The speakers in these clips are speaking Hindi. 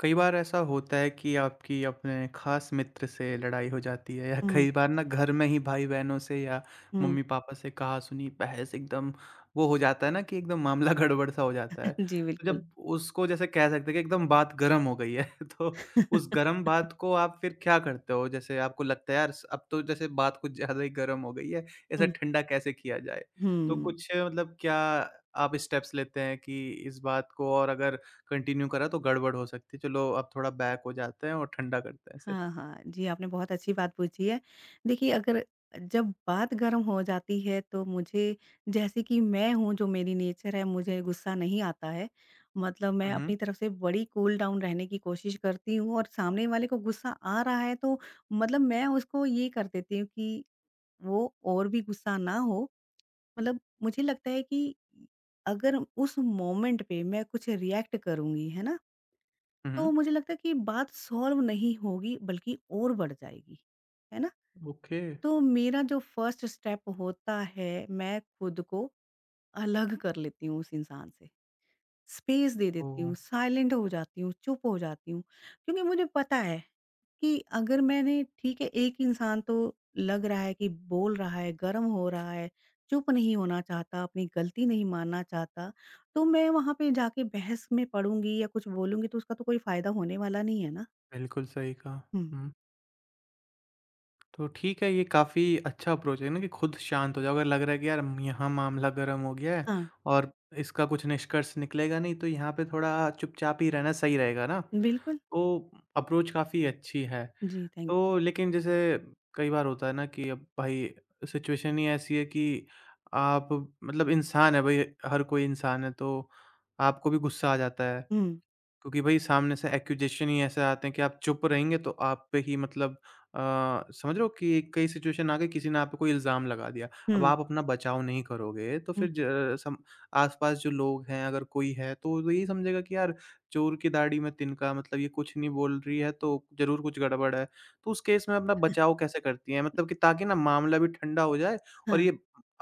कई बार ऐसा होता है कि आपकी अपने खास मित्र से लड़ाई हो जाती है या हुँ, कई बार ना घर में ही भाई-बहनों से या हुँ। मम्मी-पापा से कहा-सुनी, बहस एकदम वो हो जाता है ना कि एकदम मामला गड़बड़ सा हो जाता है। जी, तो बिल्कुल। जब उसको जैसे कह सकते हैं कि एकदम बात गर्म हो गई है तो उस गर्म बात को आप फिर क्या करते हो? जैसे आपको लगता है यार स अब तो जैसे बात कुछ ज़्यादा ही गर्म हो गई है, इसे हुँ, ठंडा कैसे किया जाए? तो हुँ। कुछ मतलब क्या आप स्टेप्स लेते हैं कि इस बात को और अगर कंटिन्यू करा तो गड़बड़ हो सकती है। चलो अब थोड़ा बैक हो जाते हैं और ठंडा करते हैं इसे। हाँ, हाँ। जी, आपने बहुत अच्छी बात पूछी है। देखिए अगर जब बात गर्म हो जाती है तो मुझे जैसे कि मैं हूँ जो मेरी नेचर है मुझे गुस्सा नहीं आता है। मतलब मैं हुँ, हुँ। अपनी तरफ से बड़ी कूल डाउन रहने की कोशिश करती हूँ और सामने वाले को गुस्सा आ रहा है तो मतलब मैं उसको ये कर देती हूँ कि वो और भी गुस्सा ना हो। मतलब मुझे लगता है कि अगर उस मोमेंट पे मैं कुछ रिएक्ट करूँगी, है ना? हुँ, तो हुँ। मुझे लगता है कि बात सॉल्व नहीं होगी बल्कि और बढ़ जाएगी, है ना? ओके। तो मेरा जो फर्स्ट स्टेप होता है मैं खुद को अलग कर लेती हूँ उस इंसान से, स्पेस दे देती ओह! हूँ, साइलेंट हो जाती हूँ, चुप हो जाती हूँ। क्योंकि मुझे पता है कि अगर मैंने ठीक है एक इंसान तो लग रहा है कि बोल रहा है, गर्म हो रहा है, चुप नहीं होना चाहता, अपनी गलती नहीं मानना चाहता, तो मैं वहाँ पे जाके बहस में पड़ूँगी या कुछ बोलूँगी तो उसका तो कोई फ़ायदा होने वाला नहीं है ना। बिल्कुल सही कहा। हुँ, हुँ, तो ठीक है ये काफ़ी अच्छा अप्रोच है ना कि खुद शांत हो जाओ। अगर लग रहा है कि यार यहाँ मामला गर्म हो गया है हाँ, और इसका कुछ निष्कर्ष निकलेगा नहीं तो यहाँ पे थोड़ा चुपचाप ही रहना सही रहेगा ना? बिल्कुल। तो अप्रोच काफ़ी अच्छी है। जी, थैंक यू। तो लेकिन जैसे कई बार होता है ना कि अब भाई सिचुएशन ही ऐसी है कि आप मतलब इंसान है भाई हर कोई इंसान है तो आपको भी गुस्सा आ जाता है हुँ, क्योंकि भाई सामने से एक्यूजेशन ही ऐसे आते हैं कि आप चुप रहेंगे तो आप पे ही मतलब अ, समझ लो कि कई सिचुएशन आ गई किसी ने आप पे कोई इल्ज़ाम लगा दिया। अब हुँ, आप अपना बचाव नहीं करोगे तो हुँ, फिर ज सम आस-पास जो लोग हैं अगर कोई है तो वो यही समझेगा कि यार चोर की दाढ़ी में तिनका मतलब ये कुछ नहीं बोल रही है तो ज़रूर कुछ गड़बड़ है। तो उस केस में अपना बचाव कैसे करती हैं? मतलब कि ताकि ना मामला भी ठंडा हो जाए और हाँ, ये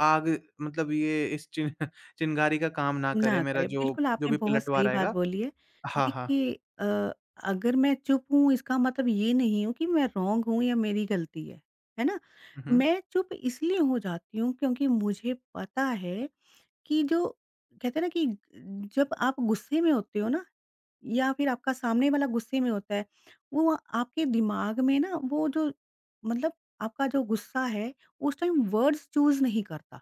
आग मतलब ये इस चिन चिंगारी का काम ना करे ना मेरा करें। जो बिल्कुल, जो आपने भी बहुत पलटवार सही बात आएगा। बोली है। हाँ, हाँ। देखिए अ, अगर मैं चुप हूँ इसका मतलब ये नहीं हूँ कि मैं रॉन्ग हूँ या मेरी गलती है ना? हुँ, हुँ। मैं चुप इसलिए हो जाती हूँ क्योंकि मुझे पता है कि जो कहते हैं ना कि जब आप गुस्से में होते हो ना या फिर आपका सामने वाला गुस्से में होता है, वो आपके दिमाग में ना वो जो मतलब आपका जो गुस्सा है उस टाइम वर्ड्स चूज़ नहीं करता,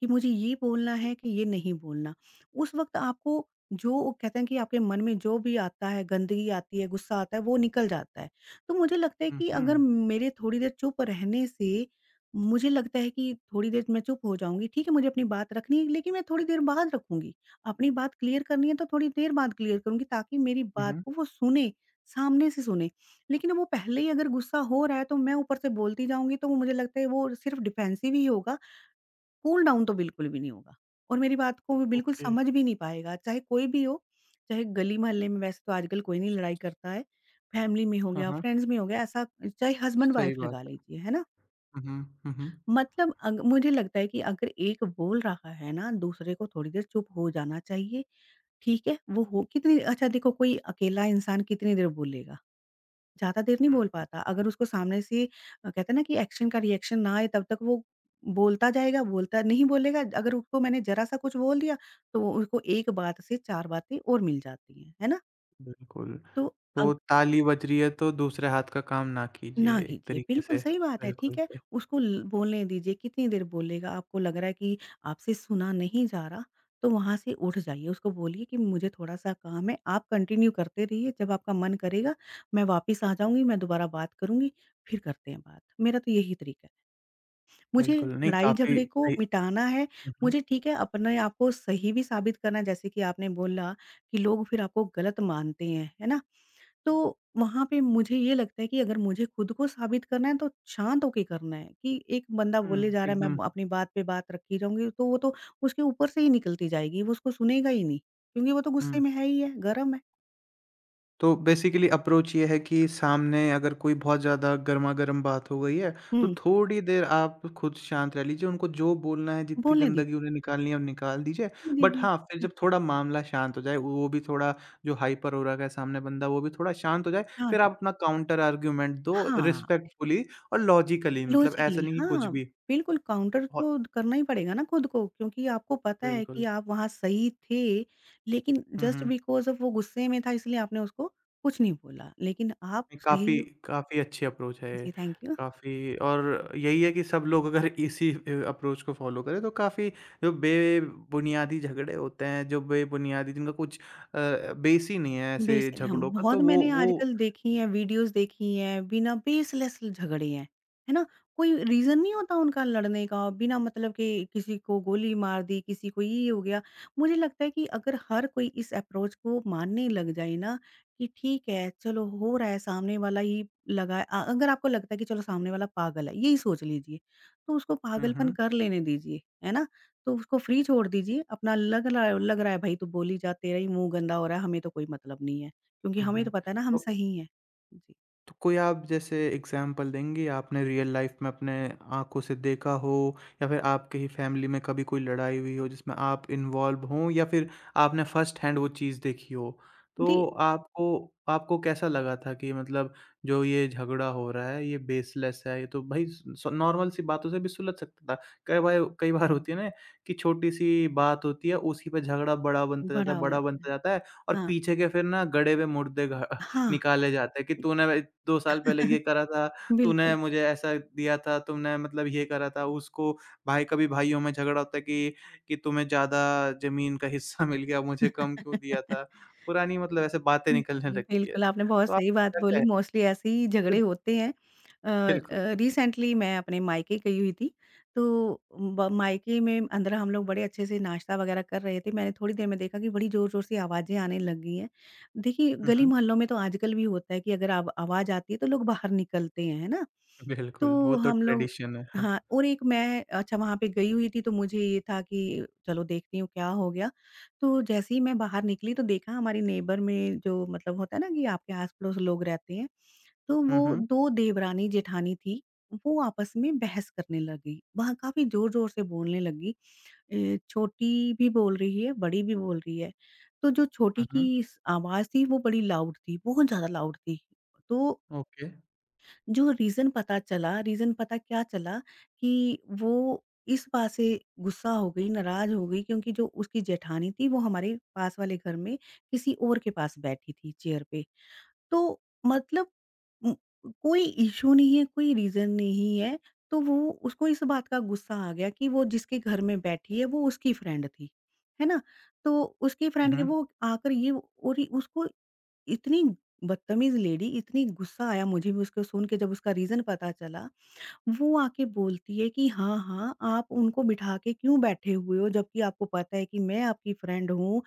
कि मुझे ये बोलना हुँ। है कि ये नहीं बोलना। उस वक़्त आपको जो वो कहते हैं कि आपके मन में जो भी आता है, गंदगी आती है, गुस्सा आता है, वो निकल जाता है। तो मुझे लगता है हुँ, कि अगर हुँ। मेरे थोड़ी देर चुप रहने से मुझे लगता है कि थोड़ी देर मैं चुप हो जाऊँगी, ठीक है मुझे अपनी बात रखनी है लेकिन मैं थोड़ी देर बाद रखूँगी। अपनी बात क्लियर करनी है तो थोड़ी देर बाद क्लियर करूँगी ताकि मेरी हुँ, बात हुँ। को वो सुने, सामने से सुने। लेकिन वो पहले ही अगर गुस्सा हो रहा है तो मैं ऊपर से बोलती जाऊँगी तो वो मुझे लगता है वो सिर्फ़ डिफेंसिव ही होगा, कूल डाउन तो बिल्कुल भी नहीं होगा। और मेरी बात को वो बिल्कुल ओके। समझ भी नहीं पाएगा, चाहे कोई भी हो, चाहे गली मोहल्ले में वैसे तो आजकल कोई नहीं लड़ाई करता है, फैमिली में हो हाँ, गया, हाँ, फ्रेंड्स में हो गया ऐसा चाहे हस्बैंड-वाइफ सही बात लगा है। लीजिए, है ना? हुँ, हुँ, हुँ, हुँ। मतलब अग मुझे लगता है कि अगर एक बोल रहा है ना, दूसरे को थोड़ी देर चुप हो जाना चाहिए ठीक है, वो हो कितनी अच्छा देखो कोई अकेला इंसान कितनी देर बोलेगा? ज़्यादा देर नहीं हुँ, बोल पाता। अगर उसको सामने से कहते हैं ना कि एक्शन का रिएक्शन ना आए तब तक वो बोलता जाएगा, बोलता नहीं बोलेगा। अगर उसको मैंने ज़रा-सा कुछ बोल दिया, तो वो उसको 1 बात से 4 बातें और मिल जाती हैं, है ना? बिल्कुल। तो अ तो ताली बज रही है तो दूसरे हाथ का काम ना कीजिए ना एक कीजिए, तरीके बिल्कुल से। सही बात है, ठीक बिल्कुल है। सही, उसको ल बोलने दीजिए, कितनी देर बोलेगा? आपको लग रहा है कि आपसे सुना नहीं जा रहा, तो वहाँ से उठ जाइए। उसको बोलिए कि मुझे थोड़ा-सा काम है, आप कंटिन्यू करते रहिए, जब आपका मन करेगा मैं वापस आ जाऊँगी, मैं दोबारा बात करूँगी, फिर करते हैं बात। मेरा तो यही तरीका है। मुझे बिल्कुल नहीं काफ़ी लड़ाई-झगड़े को सही मिटाना है, हुँ, हुँ। मुझे ठीक है अपने आप को सही भी साबित करना है, जैसे कि आपने बोला कि लोग फिर आपको गलत मानते हैं, है ना? तो वहाँ पे मुझे ये लगता है कि अगर मुझे खुद को साबित करना है तो शांत होके करना है कि एक बंदा हुँ, बोले जा रहा है एकदम मैं अपनी बात पे बात रखी रहूँगी तो वो तो उसके ऊपर से ही निकलती जाएगी, वो उसको सुनेगा ही नहीं क्योंकि वो तो गुस्से हुँ। में है ही है, गरम है। तो बेसिकली अप्रोच ये है कि सामने अगर कोई बहुत ज़्यादा गरमागर्म बात हो गई है, तो हुँ, थोड़ी देर आप खुद शांत रह लीजिए, उनको जो बोलना है, जितनी बोलने दीजिए, गंदगी उन्हें निकालनी है, वो निकाल दीजिए। बट दीदी हाँ, फिर शांत जब हो थोड़ा मामला शांत हो जाए, वो भी थोड़ा जो हाइपर हो रखा है सामने बंदा, वो भी थोड़ा शांत हो जाए, हाँ, फिर तो आप अपना काउंटर आर्गुमेंट दो हाँ, रिस्पेक्टफुली और लॉजिकली मतलब ऐसा लॉजिकली नहीं कि कुछ हाँ, भी। बिल्कुल काउंटर बहुत तो करना ही पड़ेगा ना खुद को क्योंकि आपको पता है कि बिल्कुल। आप वहाँ सही थे लेकिन हुँ, जस्ट हुँ। बिकॉज़ ऑफ वो गुस्से में था इसलिए आपने उसको कुछ नहीं बोला, लेकिन आप नहीं, काफ़ी सही काफ़ी अच्छी अप्रोच है ये। जी, थैंक यू। काफ़ी और यही है कि सब लोग अगर इसी अप्रोच को फ़ॉलो करें तो काफ़ी जो बेबुनियादी झगड़े होते हैं, जो बेबुनियादी जिनका कुछ बेस ही नहीं है बेस ऐसे हम झगड़ों का बहुत तो वो मैंने वो आजकल देखी हैं वीडियोज़ देखी हैं, बिना बेसलेस झगड़े हैं, है ना? कोई रीज़न नहीं होता उनका लड़ने का, बिना मतलब के किसी को गोली मार दी, किसी को ये हो गया। मुझे लगता है कि अगर हर कोई इस अप्रोच को मानने लग जाए ना, कि ठीक है, चलो हो रहा है सामने वाला ही लगा अगर आपको लगता है कि चलो सामने वाला पागल है, यही सोच लीजिए, तो उसको हुँ, पागलपन हुँ। कर लेने दीजिए, है ना? तो उसको फ्री छोड़ दीजिए, अपना लग रहा है भई तू बोली जा, तेरा ही मुँह गंदा हो रहा है, हमें तो कोई मतलब नहीं है। क्योंकि हुँ, हमें हुँ। तो पता है ना हम तो सही हैं। तो कोई आप जैसे एग्ज़ाम्पल देंगे आपने रियल लाइफ़ में अपने आँखों से देखा हो या फिर आपके ही फ़ैमिली में कभी कोई लड़ाई हुई हो जिसमें आप इन्वॉल्व हों या फिर आपने फ़र्स्ट हैंड वो चीज़ देखी हो? जी, दे तो आपको आपको कैसा लगा था कि मतलब जो ये झगड़ा हो रहा है ये बेसलेस है, ये तो भई स नॉर्मल सी बातों से भी सुलझ सकता था। कई बार होती है ना कि छोटी-सी बात होती है उसी पे झगड़ा बड़ा बनता जाता बड़ा है, हो बड़ा जाता बनता है। जाता है और हाँ, पीछे के फिर ना गड़े हुए मुर्दे घ हाँ। निकाले जाते हैं कि तूने भाई 2 साल पहले ये करा था, तूने बिल्कुल। मुझे ऐसा दिया था, तुमने मतलब ये करा था, उसको भाई कभी भाइयों में झगड़ा होता है कि तुम्हें ज़्यादा ज़मीन का हिस्सा मिल गया, मुझे कम क्यों दिया था? पुरानी मतलब ऐसे बातें हुँ, निकलने हुँ, लगती है। बिल्कुल, आपने बहुत तो आप सही बात क्या बोली, कहे मोस्टली ऐसे ही झगड़े होते हैं। बिल्कुल। रिसेंटली मैं अपने मायके गई हुई थी, तो ब मायके में अंदर हम लोग बड़े अच्छे से नाश्ता वगैरह कर रहे थे। मैंने थोड़ी देर में देखा कि बड़ी ज़ोर-ज़ोर से आवाज़ें आने लग गई हैं। देखिए, हुँ, हुँ। गली-मोहल्लों में तो आजकल भी होता है कि अगर आव आवाज़ आती है, तो लोग बाहर निकलते हैं, है ना? बिल्कुल, तो वो तो हम लोग ट्रेडिशन है। हाँ। हाँ, और एक मैं अच्छा वहाँ पे गई हुई थी तो मुझे ये था कि चलो देखती हूँ क्या हो गया। तो जैसे ही मैं बाहर निकली तो देखा हमारे नेबर में जो मतलब होता है ना कि आपके आस-पड़ोस लोग रहते हैं, तो हुँ, वो हुँ। 2 देवरानी-जेठानी थी, वो आपस में बहस करने लगी। वहाँ काफ़ी ज़ोर-ज़ोर से बोलने लगी छोटी भी बोल रही है, बड़ी भी बोल रही है। तो जो छोटी हुँ, हुँ। की स आवाज़ थी वो बड़ी लाउड थी, बहुत ज़्यादा लाउड थी। तो ओके। जो रीज़न पता क्या चला कि वो इस बात से गुस्सा हो गई, नाराज़ हो गई क्योंकि जो उसकी जेठानी थी वो हमारे पास वाले घर में किसी और के पास बैठी थी चेयर पे। तो मतलब उम, कोई इश्यू नहीं है, कोई रीज़न नहीं है, तो वो उसको इस बात का गुस्सा आ गया कि वो जिसके घर में बैठी है वो उसकी फ्रेंड थी, है ना? तो उसकी हुँ, फ्रेंड के हुँ। वो आकर ये और उसको इतनी बदतमीज़ लेडी, इतनी गुस्सा आया मुझे भी उसको सुन के जब उसका रीज़न पता चला। वो आके बोलती है कि हाँ, हाँ, आप उनको बिठा के क्यों बैठे हुए हो जबकि आपको पता है कि मैं आपकी फ्रेंड हूँ।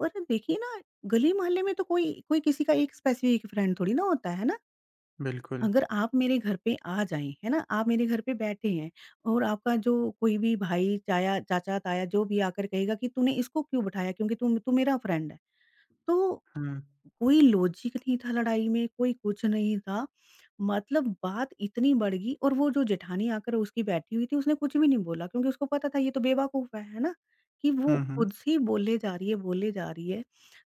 और देखिए ना गली-मोहल्ले में तो कोई कोई किसी का एक स्पेसिफ़िक फ्रेंड थोड़ी ना होता है ना? बिल्कुल। अगर आप मेरे घर पे आ जाएँ, है ना? आप मेरे घर पे बैठे हैं और आपका जो कोई भी भाई, चाया चाचा, ताया जो भी आकर कहेगा कि तूने इसको क्यों बिठाया क्योंकि तू तू मेरा फ्रेंड है। तो हुँ। कोई लॉजिक नहीं था लड़ाई में, कोई कुछ नहीं था। मतलब बात इतनी बढ़ गई और वो जो जेठानी आकर उसकी बैठी हुई थी, उसने कुछ भी नहीं बोला क्योंकि उसको पता था ये तो बेवकूफ़ है ना? कि वो हुँ, हुँ। खुद से बोले जा रही है, बोले जा रही है।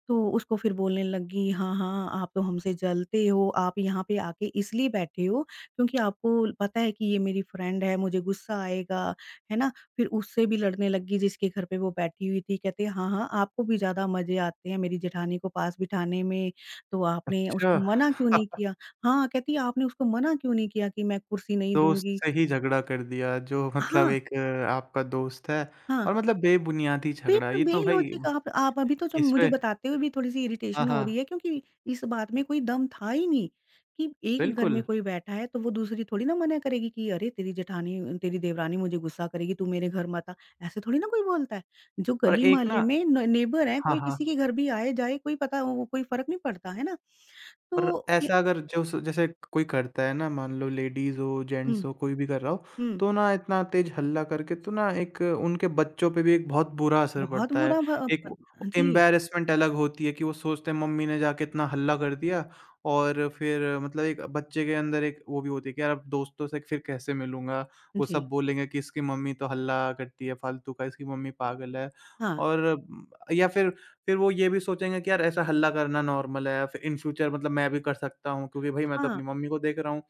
तो उसको फिर बोलने लगी, "हाँ, हाँ, आप तो हमसे जलते हो, आप यहाँ पे आके इसलिए बैठे हो क्योंकि आपको पता है कि ये मेरी फ्रेंड है, मुझे गुस्सा आएगा, है ना? फिर उससे भी लड़ने लगी जिसके घर पे वो बैठी हुई थी, कहते हाँ, हाँ, आपको भी ज़्यादा मज़े आते हैं मेरी जेठानी को पास बिठाने में, तो आपने अच्छा। उसको मना क्यों नहीं किया? हाँ, कहती आपने उसको मना क्यों नहीं किया कि मैं कुर्सी नहीं दोस्त दूँगी? से ही झगड़ा कर दिया जो मतलब हाँ, एक आपका दोस्त है हाँ। और मतलब बेबुनियादी झगड़ा बिल्कुल ये तो भाई बेलॉजिक आप अभी तो जो मुझे इसपे बताते हुए भी थोड़ी-सी हाँ, इरिटेशन हो हाँ, रही है क्योंकि इस बात में कोई दम था ही नहीं, कि एक घर में बिल्कुल कोई बैठा है तो वो दूसरी थोड़ी ना मना करेगी कि अरे! तेरी जेठानी तेरी देवरानी मुझे गुस्सा करेगी तू मेरे घर मत आ, ऐसे थोड़ी ना कोई बोलता है। जो और गली एक मोहल्ले ना में न नेबर हैं हाँ, कोई किसी के हाँ। घर भी आए-जाए कोई पता वो कोई फ़र्क नहीं पड़ता, है ना? और तो ये ऐसा अगर जो स जैसे कोई करता है ना, मान लो लेडीज़ हो, हुँ, जेंट्स हो, कोई भी कर रहा हो, हुँ, तो ना इतना तेज़ हल्ला करके तो ना एक उनके बच्चों पे भी एक बहुत बुरा असर बहुत पड़ता है। बुरा एक जी, एम्बैरेसमेंट अलग होती है कि वो सोचते हैं मम्मी ने जाके इतना हल्ला कर दिया और फिर मतलब एक बच्चे के अंदर एक वो भी होती है कि यार अब दोस्तों से फिर कैसे मिलूँगा? वो जी, सब बोलेंगे कि इसकी मम्मी तो हल्ला करती है फालतू का, इसकी मम्मी पागल है। हाँ, और या फिर वो ये भी सोचेंगे कि यार ऐसा हल्ला करना नॉर्मल है, फिर इन फ्यूचर मतलब मैं भी कर सकता हूँ क्योंकि भई मैं तो हाँ। अपनी मम्मी को देख रहा हूँ।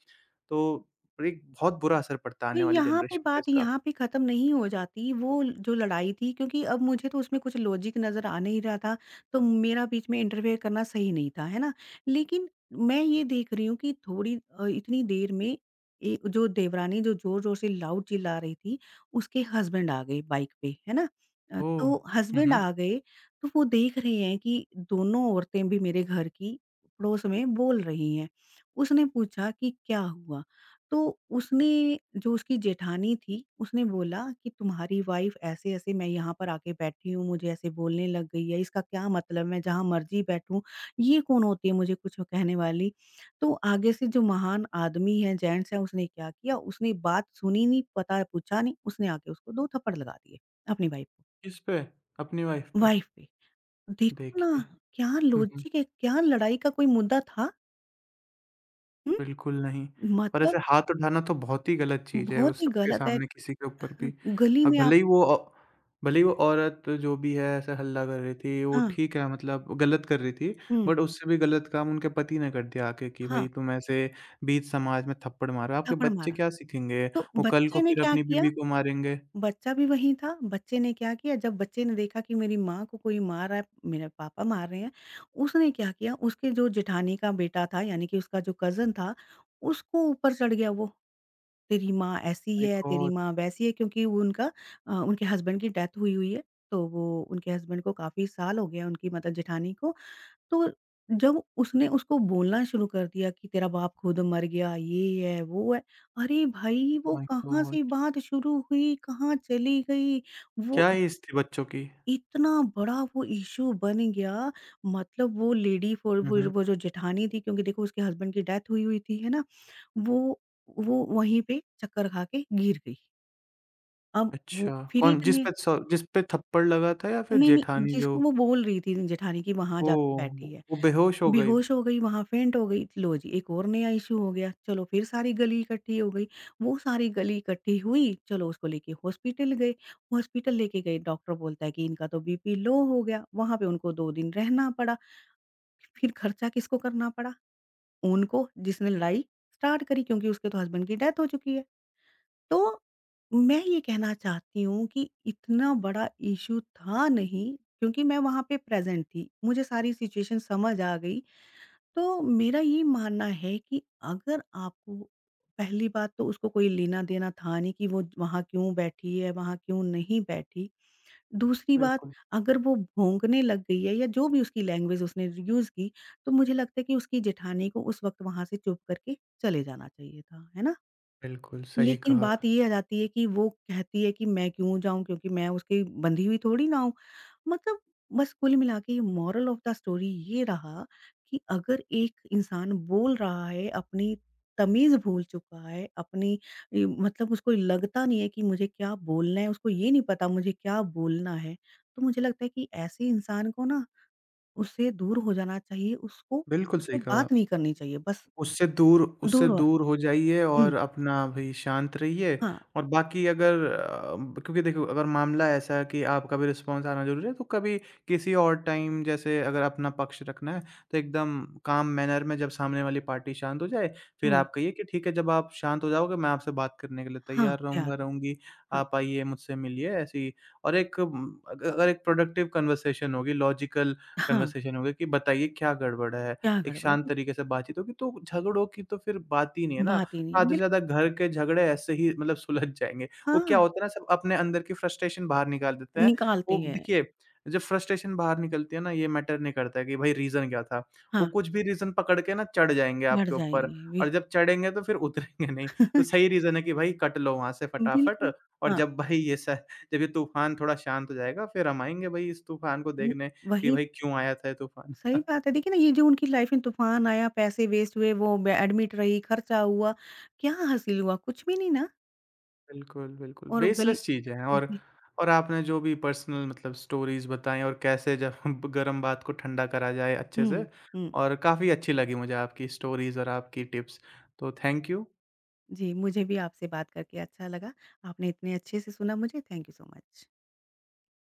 तो एक बहुत बुरा असर पड़ता है तो आने वाली यहाँ पे जनरेशन पे बात इसका। यहाँ पे ख़त्म नहीं हो जाती, वो ल जो लड़ाई थी क्योंकि अब मुझे तो उसमें कुछ लॉजिक नज़र आ नहीं रहा था, तो मेरा बीच में इंटरफेयर करना सही नहीं था, है ना? लेकिन मैं ये देख रही हूँ कि थोड़ी इतनी देर में ए जो देवरानी जो ज़ोर-ज़ोर से लाउड चिल्ला रही थी, उसके हस्बैंड आ गए बाइक पे, है ना? ओह! तो हुँ, हस्बैंड हुँ। आ गए, तो वो देख रहे हैं कि दोनों औरतें भी मेरे घर की पड़ोस में बोल रही हैं। उसने पूछा कि क्या हुआ? तो उसने जो उसकी जेठानी थी, उसने बोला कि तुम्हारी वाइफ़ ऐसे-ऐसे मैं यहाँ पर आके बैठी हूँ, मुझे ऐसे बोलने लग गई है, इसका क्या मतलब? मैं जहाँ मर्ज़ी बैठूँ, ये कौन होती है मुझे कुछ कहने वाली? तो आगे से जो महान आदमी है, जेंट्स है, उसने क्या किया, उसने बात सुनी नहीं, पता पूछा नहीं, उसने आके उसको 2 थप्पड़ लगा दिए, अपनी वाइफ़ को किस पे? अपनी वाइफ़ पे? वाइफ़ पे। देखो देखिए। ना, क्या हुँ, हुँ। लॉजिक है, क्या लड़ाई का कोई मुद्दा था? हुँ? बिल्कुल नहीं और मतलब ऐसे हाथ उठाना तो बहुत ही गलत चीज़ है, वो बहुत ही सबके गलत है। सामने किसी के ऊपर हाँ, भी। गली अब में आप भले ही भले ही वो औरत जो भी है ऐसे हल्ला कर रही थी, वो हाँ। ठीक है मतलब गलत कर रही थी, हुँ, बट उससे भी गलत काम उनके पति ने कर दिया आके कि हाँ, भाई तुम ऐसे बीच समाज में थप्पड़ मारो, आपके थप्पड़ बच्चे मारा। क्या सीखेंगे? तो वो कल को बच्चे ने फिर क्या अपनी किया, बीवी को मारेंगे। बच्चा भी वहीं था, बच्चे ने क्या किया जब बच्चे ने देखा कि मेरी माँ को कोई मार रहा है, मेरे पापा मार रहे हैं, उसने क्या किया उसके जो जेठानी का बेटा था यानी कि उसका जो कज़न था, उसको ऊपर चढ़ गया वो, तेरी माँ ऐसी माय है, तेरी गॉड! माँ वैसी है क्योंकि वो उनका उनके हस्बैंड की डेथ हुई हुई है, तो वो उनके हस्बैंड को काफ़ी साल हो गए हैं उनकी मतलब जेठानी को। तो जब उसने उसको बोलना शुरू कर दिया कि तेरा बाप खुद मर गया, ये है, वो है। अरे भाई वो माय कहाँ से गॉड! बात शुरू हुई, कहाँ चली गई। वो क्या इ एज थी बच्चों की? इतना बड़ा वो इश्यू बन गया। मतलब वो लेडी फ़ोर हुँ, फ़िर हुँ। वो जो जेठानी थी क्योंकि देखो उसके हस्बैंड की डेथ हुई हुई थी, है ना? वो वो वहीं पे चक्कर खा के गिर गई। अब वो अच्छा, फ़िर कौन एक ने जिस पे थप्पड़ लगा था या फिर नहीं, नहीं जेठानी जो जिसको वो बोल रही थी जेठानी कि वहाँ जाके ओह! बैठी है। वो बेहोश हो गई। बेहोश हो गई, वहाँ फेंट हो गई, लो जी एक और नया इश्यू हो गया। चलो फिर सारी गली इकट्ठी हो गई, वो सारी गली इकट्ठी हुई, चलो उसको लेके हॉस्पिटल गए। हॉस्पिटल लेके गए, डॉक्टर बोलता है कि इनका तो बीपी लो हो गया, वहाँ पे उनको 2 दिन रहना पड़ा। फिर खर्चा किसको करना पड़ा? उनको जिसने लड़ाई स्टार्ट करी क्योंकि उसके तो हस्बैंड की डेथ हो चुकी है। तो मैं ये कहना चाहती हूँ कि इतना बड़ा इश्यू था नहीं क्योंकि मैं वहाँ पे प्रेज़ेंट थी। मुझे सारी सिचुएशन समझ आ गई। तो मेरा ये मानना है कि अगर आपको पहली बात तो उसको कोई लेना-देना था नहीं कि वो वहाँ क्यों बैठी है, वहाँ क्यों नहीं बैठी। दूसरी बात बिल्कुल, अगर वो भौंकने लग गई है या जो भी उसकी लैंग्वेज उसने यूज़ की, तो मुझे लगता है कि उसकी जेठानी को उस वक़्त वहाँ से चुप करके चले जाना चाहिए था, है ना? बिल्कुल सही लेकिन कहा। बात ये आ जाती है कि वो कहती है कि मैं क्यों जाऊँ क्योंकि मैं उसकी बंधी हुई थोड़ी ना हूँ। मतलब बस कुल मिला के मोरल ऑफ द स्टोरी ये रहा कि अगर एक इंसान बोल रहा है, अपनी तमीज़ भूल चुका है, अपनी इ मतलब उसको लगता नहीं है कि मुझे क्या बोलना है, उसको ये नहीं पता मुझे क्या बोलना है। तो मुझे लगता है कि ऐसे इंसान को ना उससे दूर हो जाना चाहिए, उसको बिल्कुल उससे सही कहा। बात नहीं करनी चाहिए, बस उससे दूर हो। दूर हो जाइए हुँ, और अपना भी शांत रहिए हाँ, और बाकी अगर क्योंकि देखो अगर मामला ऐसा है कि आपका भी रिस्पॉन्स आना ज़रूरी है, तो कभी किसी और टाइम जैसे अगर अपना पक्ष रखना है, तो एकदम काम मैनर में जब सामने वाली पार्टी शांत हो जाए, फिर हुँ, आप कहिए कि ठीक है, जब आप शांत हो जाओगे, मैं आपसे बात करने के लिए हाँ, तैयार तैयार रहूँगा, हूँ, रहूँगी, हाँ, आप आइए मुझसे मिलिए, ऐसे ही। और एक उम, अग अगर एक प्रोडक्टिव कन्वर्सेशन होगी, लॉजिकल हाँ, कन्वर्सेशन होगी कि बताइए क्या गड़बड़ है? क्या एक गड़बड़ शांत है? तरीके से बातचीत होगी, तो झगड़ों की तो फिर बात ही नहीं है ना। बात ही नहीं है, आधे से बिल ज़्यादा घर के झगड़े ऐसे ही मतलब सुलझ जाएँगे। वो हाँ, क्या होता है ना सब अपने अंदर की फ्रस्ट्रेशन बाहर निकाल देते हैं। वो निकालते हैं। देखिए, जब फ्रस्ट्रेशन बाहर निकलती है ना ये मैटर नहीं करता है कि भाई रीज़न क्या था। वो हाँ। कुछ भी रीज़न पकड़ के ना चढ़ जाएँगे बढ़ आपके ऊपर जाएँगी, बिल और जब चढ़ेंगे तो फिर उतरेंगे नहीं। तो सही रीज़न है कि भाई कट लो वहाँ से बिल्कुल, फटाफट और हाँ, जब भाई ये स जब ये तूफ़ान थोड़ा शांत हो जाएगा फिर हम आएँगे भाई इस तूफ़ान को उम, देखने कि वही भाई क्यों आया था ये तूफ़ान। सही बात है। देखिए ना ये जो उनकी लाइफ़ में तूफ़ान आया, पैसे वेस्ट हुए, वो बे एडमिट रही, खर्चा हुआ, क्या हासिल हुआ? कुछ भी नहीं ना। बिल्कुल, और गल बेसलेस चीज़ें हैं जी, और आपने जो भी पर्सनल मतलब स्टोरीज़ बताई और कैसे जब हम गरम बात को ठंडा करा जाए अच्छे से हुँ, हुँ। और काफ़ी अच्छी लगी मुझे आपकी स्टोरीज़ और आपकी टिप्स, तो थैंक यू। जी, मुझे भी आपसे बात करके अच्छा लगा। आपने इतने अच्छे से सुना मुझे, थैंक यू सो मच।